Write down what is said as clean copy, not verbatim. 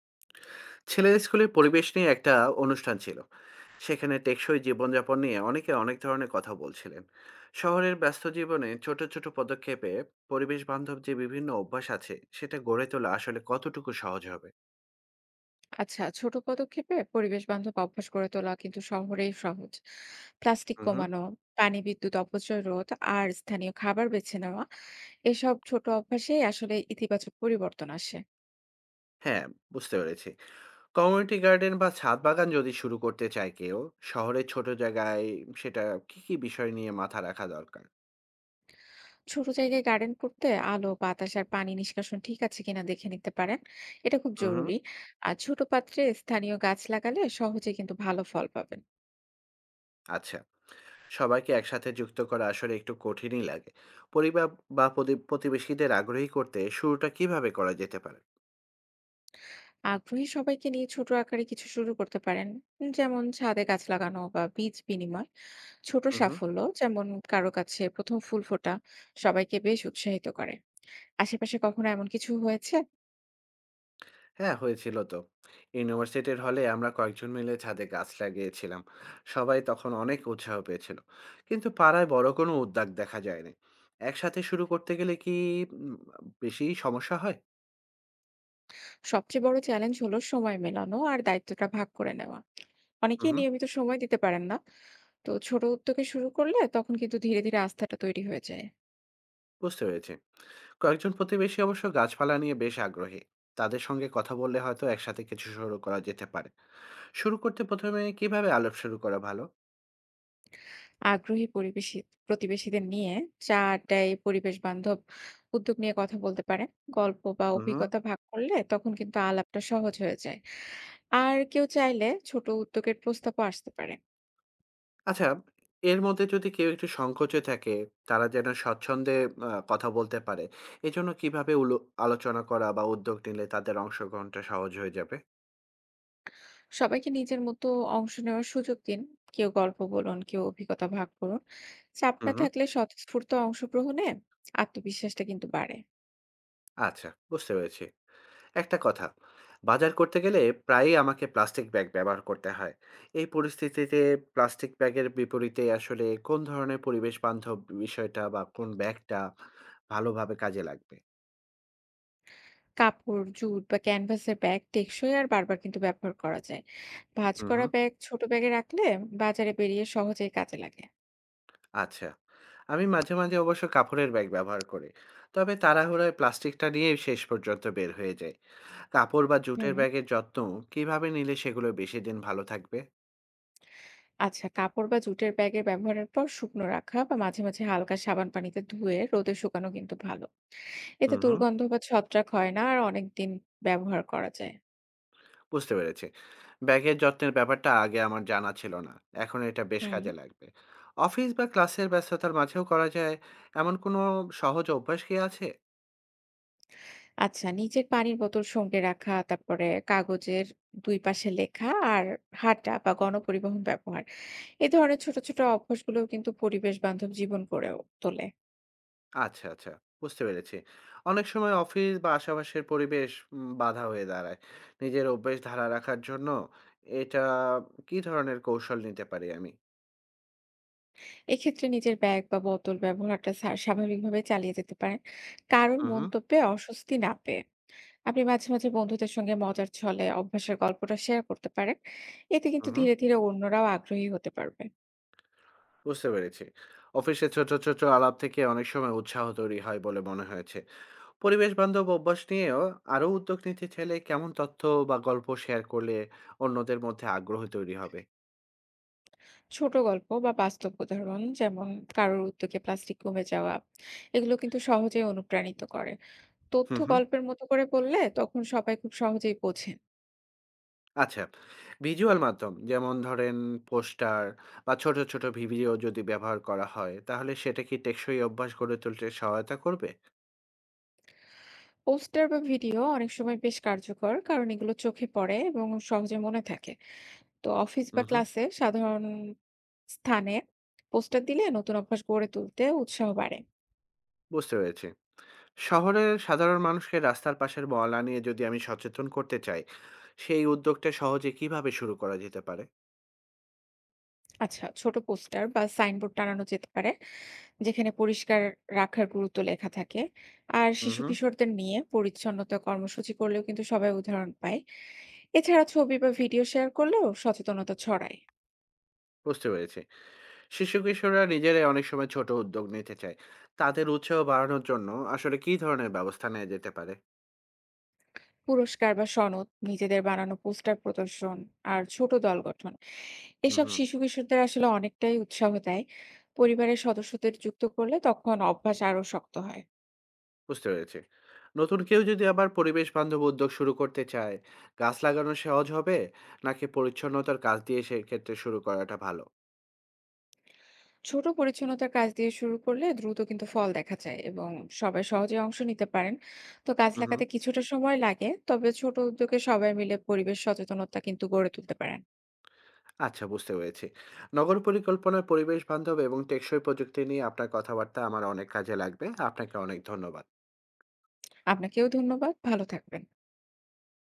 ছেলের স্কুলের পরিবেশ নিয়ে একটা অনুষ্ঠান ছিল। সেখানে টেকসই জীবনযাপন নিয়ে অনেকে অনেক ধরনের কথা বলছিলেন। শহরের ব্যস্ত জীবনে ছোট ছোট পদক্ষেপে পরিবেশ বান্ধব যে বিভিন্ন অভ্যাস আছে সেটা গড়ে তোলা আসলে কতটুকু সহজ হবে? আচ্ছা, ছোট পদক্ষেপে পরিবেশ বান্ধব অভ্যাস গড়ে তোলা কিন্তু শহরেই সহজ। প্লাস্টিক হুম, হুম। কমানো, পানি বিদ্যুৎ অপচয় রোধ, আর স্থানীয় খাবার বেছে নেওয়া, এসব ছোট অভ্যাসে আসলে ইতিবাচক পরিবর্তন আসে। হ্যাঁ, বুঝতে পেরেছি। কমিউনিটি গার্ডেন বা ছাদ বাগান যদি শুরু করতে চায় কেউ শহরের ছোট জায়গায়, সেটা কি কি বিষয় নিয়ে মাথা রাখা দরকার? ছোট জায়গায় গার্ডেন করতে আলো বাতাস আর পানি নিষ্কাশন ঠিক আছে কিনা দেখে নিতে পারেন। এটা খুব হুম, হুম। জরুরি। আর ছোট পাত্রে স্থানীয় গাছ লাগালে সহজে কিন্তু ভালো ফল পাবেন। আচ্ছা, সবাইকে একসাথে যুক্ত করা আসলে একটু কঠিনই লাগে। পরিবার বা প্রতিবেশীদের আগ্রহী করতে শুরুটা কিভাবে করা যেতে পারে? আগ্রহী সবাইকে নিয়ে ছোট আকারে কিছু শুরু করতে পারেন, যেমন ছাদে গাছ লাগানো বা বীজ বিনিময়। ছোট হুম, হুম। সাফল্য যেমন কারো কাছে ১ম ফুল ফোটা সবাইকে বেশ উৎসাহিত করে। আশেপাশে কখনো এমন কিছু হয়েছে? হ্যাঁ, হয়েছিল তো। ইউনিভার্সিটির হলে আমরা কয়েকজন মিলে ছাদে গাছ লাগিয়েছিলাম। সবাই তখন অনেক উৎসাহ পেয়েছিল। কিন্তু পাড়ায় বড় কোনো উদ্যোগ দেখা যায়নি। একসাথে শুরু করতে গেলে কি উম বেশি সমস্যা হয়? সবচেয়ে বড় চ্যালেঞ্জ হলো সময় মেলানো আর দায়িত্বটা ভাগ করে নেওয়া। হুম, অনেকেই হুম। নিয়মিত সময় দিতে পারেন না। তো ছোট উদ্যোগে শুরু করলে তখন কিন্তু ধীরে, ধীরে আস্থাটা তৈরি হয়ে যায়। বুঝতে পেরেছি। কয়েকজন প্রতিবেশী অবশ্য গাছপালা নিয়ে বেশ আগ্রহী। তাদের সঙ্গে কথা বললে হয়তো একসাথে কিছু শুরু করা যেতে পারে। শুরু করতে প্রথমে কিভাবে আলাপ শুরু করা ভালো? আগ্রহী প্রতিবেশীদের নিয়ে চা, আড্ডায় পরিবেশ বান্ধব উদ্যোগ নিয়ে কথা বলতে পারেন। গল্প বা হুম। অভিজ্ঞতা ভাগ করলে তখন কিন্তু আলাপটা সহজ হয়ে যায়। আর কেউ চাইলে ছোট উদ্যোগের প্রস্তাবও আসতে পারে। আচ্ছা, এর মধ্যে যদি কেউ একটু সংকোচে থাকে, তারা যেন স্বচ্ছন্দে কথা বলতে পারে, এজন্য কিভাবে আলোচনা করা বা উদ্যোগ নিলে তাদের অংশগ্রহণটা সহজ হয়ে যাবে? সবাইকে নিজের মতো অংশ নেওয়ার সুযোগ দিন। কেউ গল্প বলুন, কেউ অভিজ্ঞতা ভাগ করুন। চাপ না হুম। থাকলে স্বতঃস্ফূর্ত অংশগ্রহণে আত্মবিশ্বাসটা কিন্তু বাড়ে। আচ্ছা, বুঝতে পেরেছি। একটা কথা, বাজার করতে গেলে প্রায়ই আমাকে প্লাস্টিক ব্যাগ ব্যবহার করতে হয়। এই পরিস্থিতিতে প্লাস্টিক ব্যাগের বিপরীতে আসলে কোন ধরনের পরিবেশ বান্ধব বিষয়টা বা কোন ব্যাগটা ভালোভাবে কাজে লাগবে? কাপড়, জুট বা ক্যানভাসের ব্যাগ টেকসই আর বারবার কিন্তু ব্যবহার করা যায়। ভাঁজ হুম, করা হুম। ব্যাগ ছোট ব্যাগে রাখলে বাজারে বেরিয়ে সহজেই কাজে লাগে। আচ্ছা। আমি মাঝে, মাঝে অবশ্য কাপড়ের ব্যাগ ব্যবহার করি। তবে তাড়াহুড়োয় প্লাস্টিকটা নিয়ে শেষ পর্যন্ত বের হয়ে যায়। কাপড় বা জুটের হুম। ব্যাগের যত্ন কিভাবে নিলে সেগুলো বেশি দিন ভালো থাকবে? আচ্ছা, কাপড় বা জুটের ব্যাগের ব্যবহারের পর শুকনো রাখা বা মাঝে মাঝে হালকা সাবান পানিতে ধুয়ে রোদে শুকানো কিন্তু ভালো। এতে হুম, হুম। দুর্গন্ধ বা ছত্রাক হয় না আর অনেক দিন ব্যবহার করা যায়। বুঝতে পেরেছি। ব্যাগের যত্নের ব্যাপারটা আগে আমার জানা ছিল না। এখন এটা বেশ হুম। কাজে লাগবে। অফিস বা ক্লাসের ব্যস্ততার মাঝেও করা যায় এমন কোনো সহজ অভ্যাস কি আছে? আচ্ছা, নিজের পানির বোতল সঙ্গে রাখা, তারপরে কাগজের ২ পাশে লেখা, আর হাঁটা বা গণপরিবহন ব্যবহার। এ ধরনের ছোট, ছোট অভ্যাসগুলোও কিন্তু পরিবেশ বান্ধব জীবন গড়ে ও তোলে। আচ্ছা, আচ্ছা, বুঝতে পেরেছি। অনেক সময় অফিস বা আশেপাশের পরিবেশ বাধা হয়ে দাঁড়ায়। নিজের অভ্যাস ধারা রাখার জন্য এটা কি ধরনের কৌশল নিতে পারি আমি? এক্ষেত্রে নিজের ব্যাগ বা বোতল ব্যবহারটা স্বাভাবিকভাবে চালিয়ে যেতে পারেন, কারোর হু, হু, মন্তব্যে অস্বস্তি না পেয়ে। আপনি মাঝে, মাঝে বন্ধুদের সঙ্গে মজার ছলে অভ্যাসের গল্পটা শেয়ার করতে পারেন। এতে হু, কিন্তু হু। ধীরে, ধীরে অন্যরাও আগ্রহী হতে পারবে। বুঝতে পেরেছি। অফিসে ছোট, ছোট আলাপ থেকে অনেক সময় উৎসাহ তৈরি হয় বলে মনে হয়েছে। পরিবেশ বান্ধব অভ্যাস নিয়েও আরো উদ্যোগ নিতে চাইলে কেমন তথ্য বা গল্প শেয়ার করলে অন্যদের মধ্যে আগ্রহ তৈরি হবে? ছোট গল্প বা বাস্তব উদাহরণ, যেমন কারোর উদ্যোগে প্লাস্টিক কমে যাওয়া, এগুলো কিন্তু সহজেই অনুপ্রাণিত করে। তথ্য হুম, হুম। গল্পের মতো করে বললে তখন সবাই খুব সহজেই বোঝেন। আচ্ছা, ভিজুয়াল মাধ্যম যেমন ধরেন পোস্টার বা ছোট ছোট ভিডিও যদি ব্যবহার করা হয়, তাহলে সেটা কি টেকসই অভ্যাস গড়ে তুলতে সহায়তা করবে? পোস্টার বা ভিডিও অনেক সময় বেশ কার্যকর, কারণ এগুলো চোখে পড়ে এবং সহজে মনে থাকে। তো অফিস বা হুম, হুম। ক্লাসে সাধারণ স্থানে পোস্টার দিলে নতুন অভ্যাস গড়ে তুলতে উৎসাহ বাড়ে। বুঝতে পেরেছি। শহরের সাধারণ মানুষকে রাস্তার পাশের ময়লা নিয়ে যদি আমি সচেতন করতে চাই, সেই উদ্যোগটা সহজে কিভাবে শুরু করা যেতে পারে? আচ্ছা, ছোট পোস্টার বা সাইনবোর্ড টানানো যেতে পারে, যেখানে পরিষ্কার রাখার গুরুত্ব লেখা থাকে। আর হুম, হুম। শিশু-কিশোরদের নিয়ে পরিচ্ছন্নতা কর্মসূচি করলেও কিন্তু সবাই উদাহরণ পায়। এছাড়া ছবি বা ভিডিও শেয়ার করলেও সচেতনতা ছড়ায়। বুঝতে পেরেছি। শিশু কিশোররা নিজেরাই অনেক সময় ছোট উদ্যোগ নিতে চায়। তাদের উৎসাহ বাড়ানোর জন্য আসলে কি ধরনের ব্যবস্থা নেওয়া যেতে পারে? পুরস্কার বা সনদ, নিজেদের বানানো পোস্টার প্রদর্শন, আর ছোট দল গঠন, হুম, এসব হুম। শিশু-কিশোরদের আসলে অনেকটাই উৎসাহ দেয়। পরিবারের সদস্যদের যুক্ত করলে তখন অভ্যাস আরো শক্ত হয়। বুঝতে পেরেছি। নতুন কেউ যদি আবার পরিবেশ বান্ধব উদ্যোগ শুরু করতে চায়, গাছ লাগানো সহজ হবে নাকি পরিচ্ছন্নতার কাজ দিয়ে সেক্ষেত্রে শুরু করাটা ভালো? ছোট পরিচ্ছন্নতার কাজ দিয়ে শুরু করলে দ্রুত কিন্তু ফল দেখা যায় এবং সবাই সহজে অংশ নিতে পারেন। তো গাছ হুম, হুম। লাগাতে কিছুটা সময় লাগে, তবে ছোট উদ্যোগে সবাই মিলে পরিবেশ সচেতনতা কিন্তু গড়ে তুলতে পারেন। আচ্ছা, বুঝতে পেরেছি। নগর পরিকল্পনার পরিবেশ বান্ধব এবং টেকসই প্রযুক্তি নিয়ে আপনার কথাবার্তা আমার অনেক কাজে লাগবে। আপনাকে অনেক ধন্যবাদ। আপনাকেও ধন্যবাদ, ভালো থাকবেন।